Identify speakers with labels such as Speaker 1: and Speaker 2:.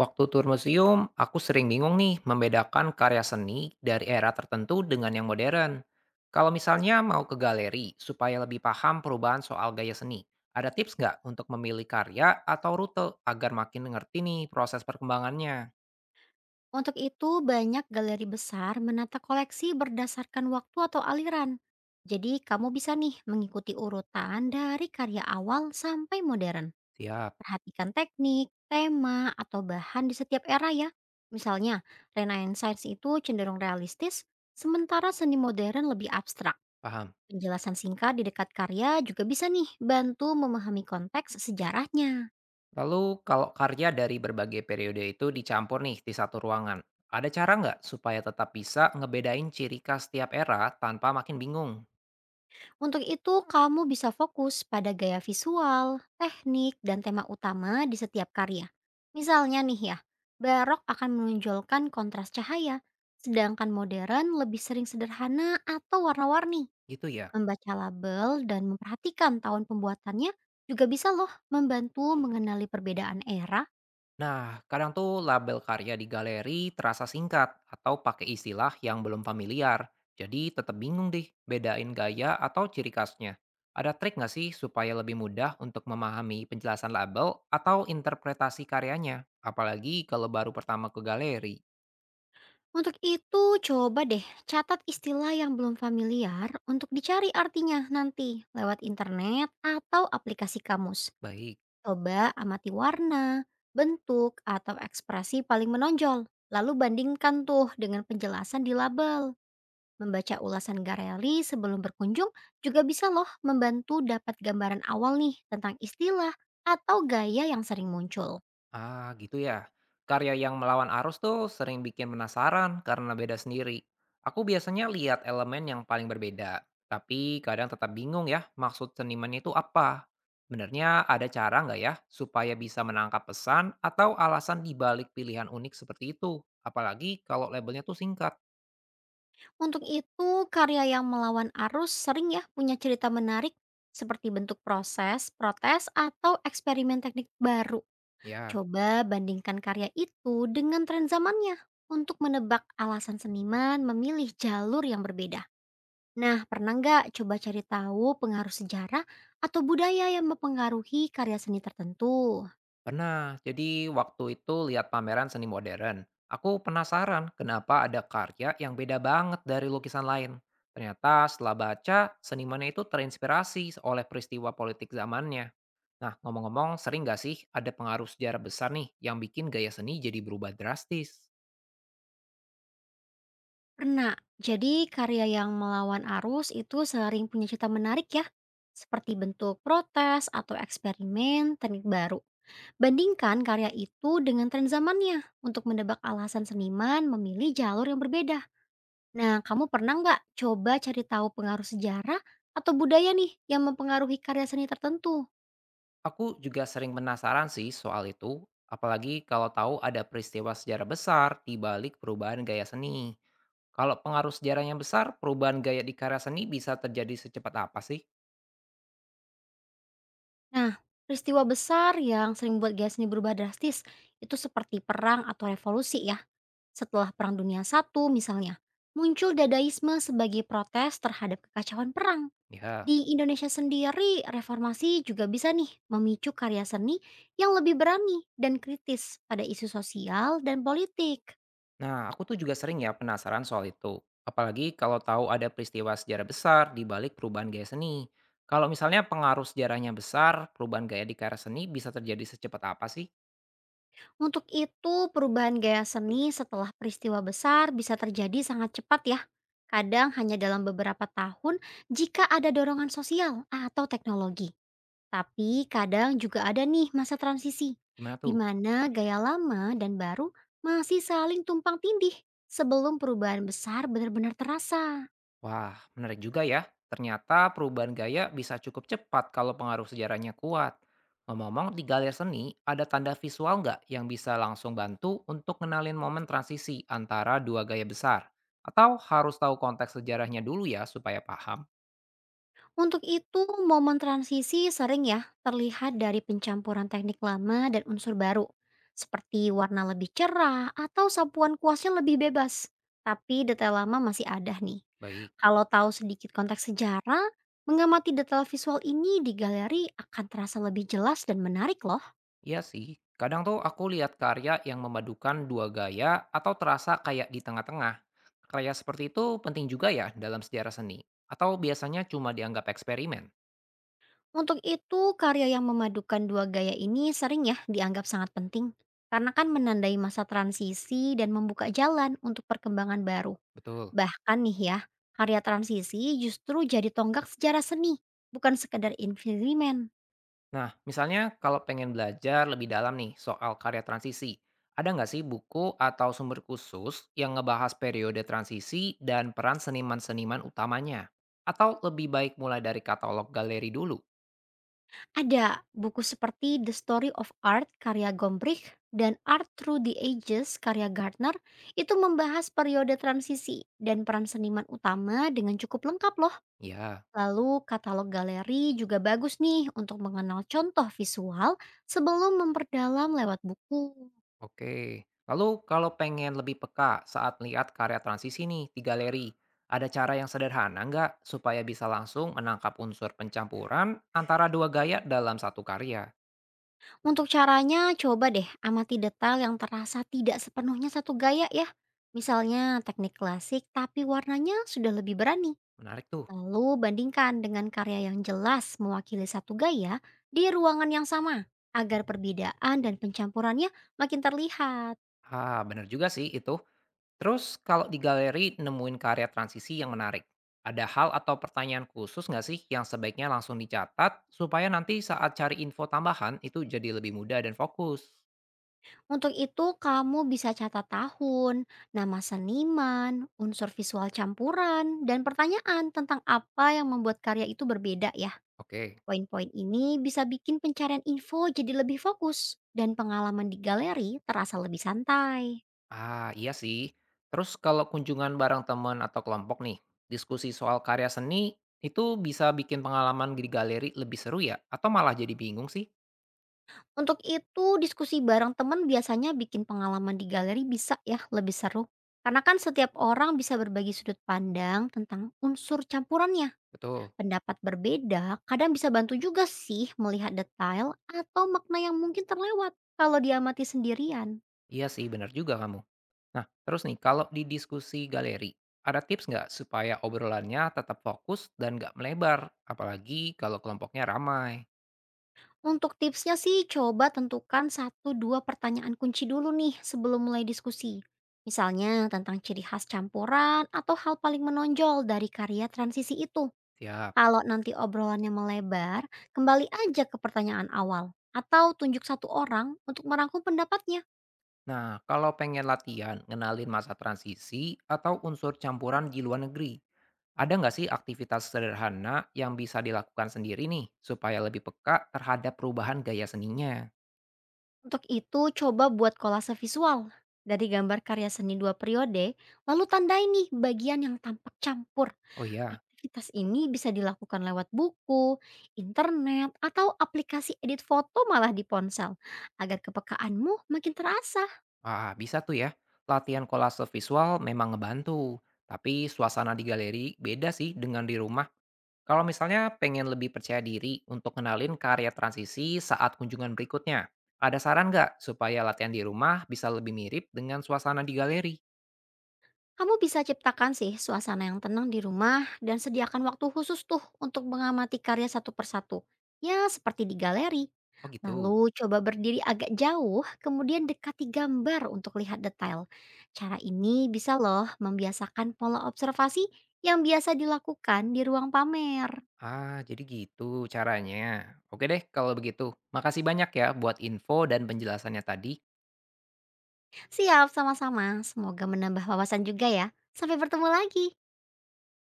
Speaker 1: Waktu tur museum, aku sering bingung nih membedakan karya seni dari era tertentu dengan yang modern. Kalau misalnya mau ke galeri supaya lebih paham perubahan soal gaya seni, ada tips nggak untuk memilih karya atau rute agar makin ngerti nih proses perkembangannya?
Speaker 2: Untuk itu, banyak galeri besar menata koleksi berdasarkan waktu atau aliran. Jadi, kamu bisa nih mengikuti urutan dari karya awal sampai modern.
Speaker 1: Siap,
Speaker 2: Perhatikan teknik, tema, atau bahan di setiap era ya. Misalnya, Renaissance itu cenderung realistis, sementara seni modern lebih abstrak.
Speaker 1: paham.
Speaker 2: Penjelasan singkat di dekat karya juga bisa nih bantu memahami konteks sejarahnya.
Speaker 1: Lalu kalau karya dari berbagai periode itu dicampur nih di satu ruangan, ada cara nggak supaya tetap bisa ngebedain ciri khas tiap era tanpa makin bingung?
Speaker 2: Untuk itu, kamu bisa fokus pada gaya visual, teknik, dan tema utama di setiap karya. Misalnya nih ya, barok akan menonjolkan kontras cahaya, sedangkan modern lebih sering sederhana atau warna-warni.
Speaker 1: Gitu ya.
Speaker 2: Membaca label dan memperhatikan tahun pembuatannya juga bisa loh membantu mengenali perbedaan era.
Speaker 1: Nah, kadang tuh label karya di galeri terasa singkat atau pakai istilah yang belum familiar. Jadi tetap bingung deh bedain gaya atau ciri khasnya. Ada trik nggak sih supaya lebih mudah untuk memahami penjelasan label atau interpretasi karyanya? Apalagi kalau baru pertama ke galeri.
Speaker 2: Untuk itu, coba deh catat istilah yang belum familiar untuk dicari artinya nanti lewat internet atau aplikasi kamus.
Speaker 1: Baik.
Speaker 2: Coba amati warna, bentuk, atau ekspresi paling menonjol. Lalu bandingkan tuh dengan penjelasan di label. Membaca ulasan Garelli sebelum berkunjung juga bisa loh membantu dapat gambaran awal nih tentang istilah atau gaya yang sering muncul.
Speaker 1: Ah, gitu ya. Karya yang melawan arus tuh sering bikin penasaran karena beda sendiri. Aku biasanya lihat elemen yang paling berbeda, tapi kadang tetap bingung ya maksud seniman itu apa. Benernya ada cara nggak ya supaya bisa menangkap pesan atau alasan di balik pilihan unik seperti itu? Apalagi kalau labelnya tuh singkat.
Speaker 2: Untuk itu, karya yang melawan arus sering ya punya cerita menarik seperti bentuk proses, protes, atau eksperimen teknik baru.
Speaker 1: Ya.
Speaker 2: Coba bandingkan karya itu dengan tren zamannya untuk menebak alasan seniman memilih jalur yang berbeda. Nah, pernah nggak coba cari tahu pengaruh sejarah atau budaya yang mempengaruhi karya seni tertentu?
Speaker 1: Pernah. Jadi waktu itu lihat pameran seni modern, aku penasaran kenapa ada karya yang beda banget dari lukisan lain. Ternyata setelah baca, senimannya itu terinspirasi oleh peristiwa politik zamannya. Nah, ngomong-ngomong, sering nggak sih ada pengaruh sejarah besar nih yang bikin gaya seni jadi berubah drastis?
Speaker 2: Pernah. Jadi karya yang melawan arus itu sering punya cerita menarik ya. Seperti bentuk protes atau eksperimen teknik baru. Bandingkan karya itu dengan tren zamannya untuk menebak alasan seniman memilih jalur yang berbeda. Nah, kamu pernah nggak coba cari tahu pengaruh sejarah atau budaya nih yang mempengaruhi karya seni tertentu?
Speaker 1: Aku juga sering penasaran sih soal itu, apalagi kalau tahu ada peristiwa sejarah besar di balik perubahan gaya seni. Kalau pengaruh sejarahnya besar, perubahan gaya di karya seni bisa terjadi secepat apa sih?
Speaker 2: Nah, peristiwa besar yang sering buat gaya seni berubah drastis itu seperti perang atau revolusi ya. Setelah Perang Dunia I misalnya, muncul dadaisme sebagai protes terhadap kekacauan perang.
Speaker 1: Ya.
Speaker 2: Di Indonesia sendiri, reformasi juga bisa nih memicu karya seni yang lebih berani dan kritis pada isu sosial dan politik.
Speaker 1: Nah, aku tuh juga sering ya penasaran soal itu. Apalagi kalau tahu ada peristiwa sejarah besar di balik perubahan gaya seni. Kalau misalnya pengaruh sejarahnya besar, perubahan gaya di karya seni bisa terjadi secepat apa sih?
Speaker 2: Untuk itu, perubahan gaya seni setelah peristiwa besar bisa terjadi sangat cepat ya. Kadang hanya dalam beberapa tahun jika ada dorongan sosial atau teknologi. Tapi kadang juga ada nih masa transisi,
Speaker 1: Gimana
Speaker 2: di
Speaker 1: tuh?
Speaker 2: mana gaya lama dan baru masih saling tumpang tindih sebelum perubahan besar benar-benar terasa.
Speaker 1: Wah, menarik juga ya. Ternyata perubahan gaya bisa cukup cepat kalau pengaruh sejarahnya kuat. Ngomong-ngomong, di galeri seni ada tanda visual nggak yang bisa langsung bantu untuk kenalin momen transisi antara dua gaya besar? Atau harus tahu konteks sejarahnya dulu ya supaya paham?
Speaker 2: Untuk itu, momen transisi sering ya terlihat dari pencampuran teknik lama dan unsur baru, seperti warna lebih cerah atau sapuan kuasnya lebih bebas. Tapi detail lama masih ada nih.
Speaker 1: Baik,
Speaker 2: Kalau tahu sedikit konteks sejarah, mengamati detail visual ini di galeri akan terasa lebih jelas dan menarik loh.
Speaker 1: iya sih. Kadang tuh aku lihat karya yang memadukan dua gaya atau terasa kayak di tengah-tengah. Karya seperti itu penting juga ya dalam sejarah seni? Atau biasanya cuma dianggap eksperimen?
Speaker 2: Untuk itu, karya yang memadukan dua gaya ini sering ya dianggap sangat penting. Karena kan menandai masa transisi dan membuka jalan untuk perkembangan baru.
Speaker 1: Betul.
Speaker 2: Bahkan nih ya, karya transisi justru jadi tonggak sejarah seni, bukan sekedar eksperimen.
Speaker 1: Nah, misalnya kalau pengen belajar lebih dalam nih soal karya transisi, ada nggak sih buku atau sumber khusus yang ngebahas periode transisi dan peran seniman-seniman utamanya? Atau lebih baik mulai dari katalog galeri dulu?
Speaker 2: Ada buku seperti The Story of Art karya Gombrich dan Art Through the Ages karya Gardner itu membahas periode transisi dan peran seniman utama dengan cukup lengkap loh.
Speaker 1: Ya,
Speaker 2: Lalu katalog galeri juga bagus nih untuk mengenal contoh visual sebelum memperdalam lewat buku.
Speaker 1: oke. Lalu kalau pengen lebih peka saat lihat karya transisi nih di galeri, ada cara yang sederhana nggak supaya bisa langsung menangkap unsur pencampuran antara dua gaya dalam satu karya?
Speaker 2: Untuk caranya, coba deh amati detail yang terasa tidak sepenuhnya satu gaya ya. Misalnya teknik klasik tapi warnanya sudah lebih berani.
Speaker 1: Menarik tuh.
Speaker 2: Lalu bandingkan dengan karya yang jelas mewakili satu gaya di ruangan yang sama agar perbedaan dan pencampurannya makin terlihat.
Speaker 1: Ah, bener juga sih itu. Terus kalau di galeri nemuin karya transisi yang menarik, ada hal atau pertanyaan khusus nggak sih yang sebaiknya langsung dicatat supaya nanti saat cari info tambahan itu jadi lebih mudah dan fokus?
Speaker 2: Untuk itu kamu bisa catat tahun, nama seniman, unsur visual campuran, dan pertanyaan tentang apa yang membuat karya itu berbeda ya.
Speaker 1: Oke,
Speaker 2: Poin-poin ini bisa bikin pencarian info jadi lebih fokus dan pengalaman di galeri terasa lebih santai.
Speaker 1: ah iya sih. Terus kalau kunjungan bareng teman atau kelompok nih, diskusi soal karya seni itu bisa bikin pengalaman di galeri lebih seru ya? Atau malah jadi bingung sih?
Speaker 2: Untuk itu, diskusi bareng teman biasanya bikin pengalaman di galeri bisa ya lebih seru. Karena kan setiap orang bisa berbagi sudut pandang tentang unsur campurannya.
Speaker 1: Betul.
Speaker 2: Pendapat berbeda kadang bisa bantu juga sih melihat detail atau makna yang mungkin terlewat kalau diamati sendirian.
Speaker 1: Iya sih, benar juga kamu. Nah, terus nih, kalau di diskusi galeri, ada tips nggak supaya obrolannya tetap fokus dan nggak melebar, apalagi kalau kelompoknya ramai?
Speaker 2: Untuk tipsnya sih coba tentukan satu dua pertanyaan kunci dulu nih sebelum mulai diskusi. Misalnya tentang ciri khas campuran atau hal paling menonjol dari karya transisi itu.
Speaker 1: Siap.
Speaker 2: Kalau nanti obrolannya melebar, kembali aja ke pertanyaan awal. Atau tunjuk satu orang untuk merangkum pendapatnya.
Speaker 1: Nah, kalau pengen latihan, ngenalin masa transisi atau unsur campuran di luar negeri, ada nggak sih aktivitas sederhana yang bisa dilakukan sendiri nih, supaya lebih peka terhadap perubahan gaya seninya?
Speaker 2: Untuk itu coba buat kolase visual. Dari gambar karya seni dua periode, lalu tandai nih bagian yang tampak campur.
Speaker 1: Oh iya,
Speaker 2: Aktivitas ini bisa dilakukan lewat buku, internet, atau aplikasi edit foto malah di ponsel. Agar kepekaanmu makin terasa.
Speaker 1: ah, bisa tuh ya. Latihan kolase visual memang ngebantu. Tapi suasana di galeri beda sih dengan di rumah. Kalau misalnya pengen lebih percaya diri untuk kenalin karya transisi saat kunjungan berikutnya, ada saran nggak supaya latihan di rumah bisa lebih mirip dengan suasana di galeri?
Speaker 2: Kamu bisa ciptakan sih suasana yang tenang di rumah dan sediakan waktu khusus tuh untuk mengamati karya satu persatu. Ya, seperti di galeri.
Speaker 1: Oh gitu.
Speaker 2: Lalu coba berdiri agak jauh, kemudian dekati gambar untuk lihat detail. Cara ini bisa loh membiasakan pola observasi yang biasa dilakukan di ruang pamer.
Speaker 1: Ah, jadi gitu caranya. Oke deh kalau begitu. Makasih banyak ya buat info dan penjelasannya tadi.
Speaker 2: Siap, sama-sama. Semoga menambah wawasan juga ya. Sampai bertemu lagi.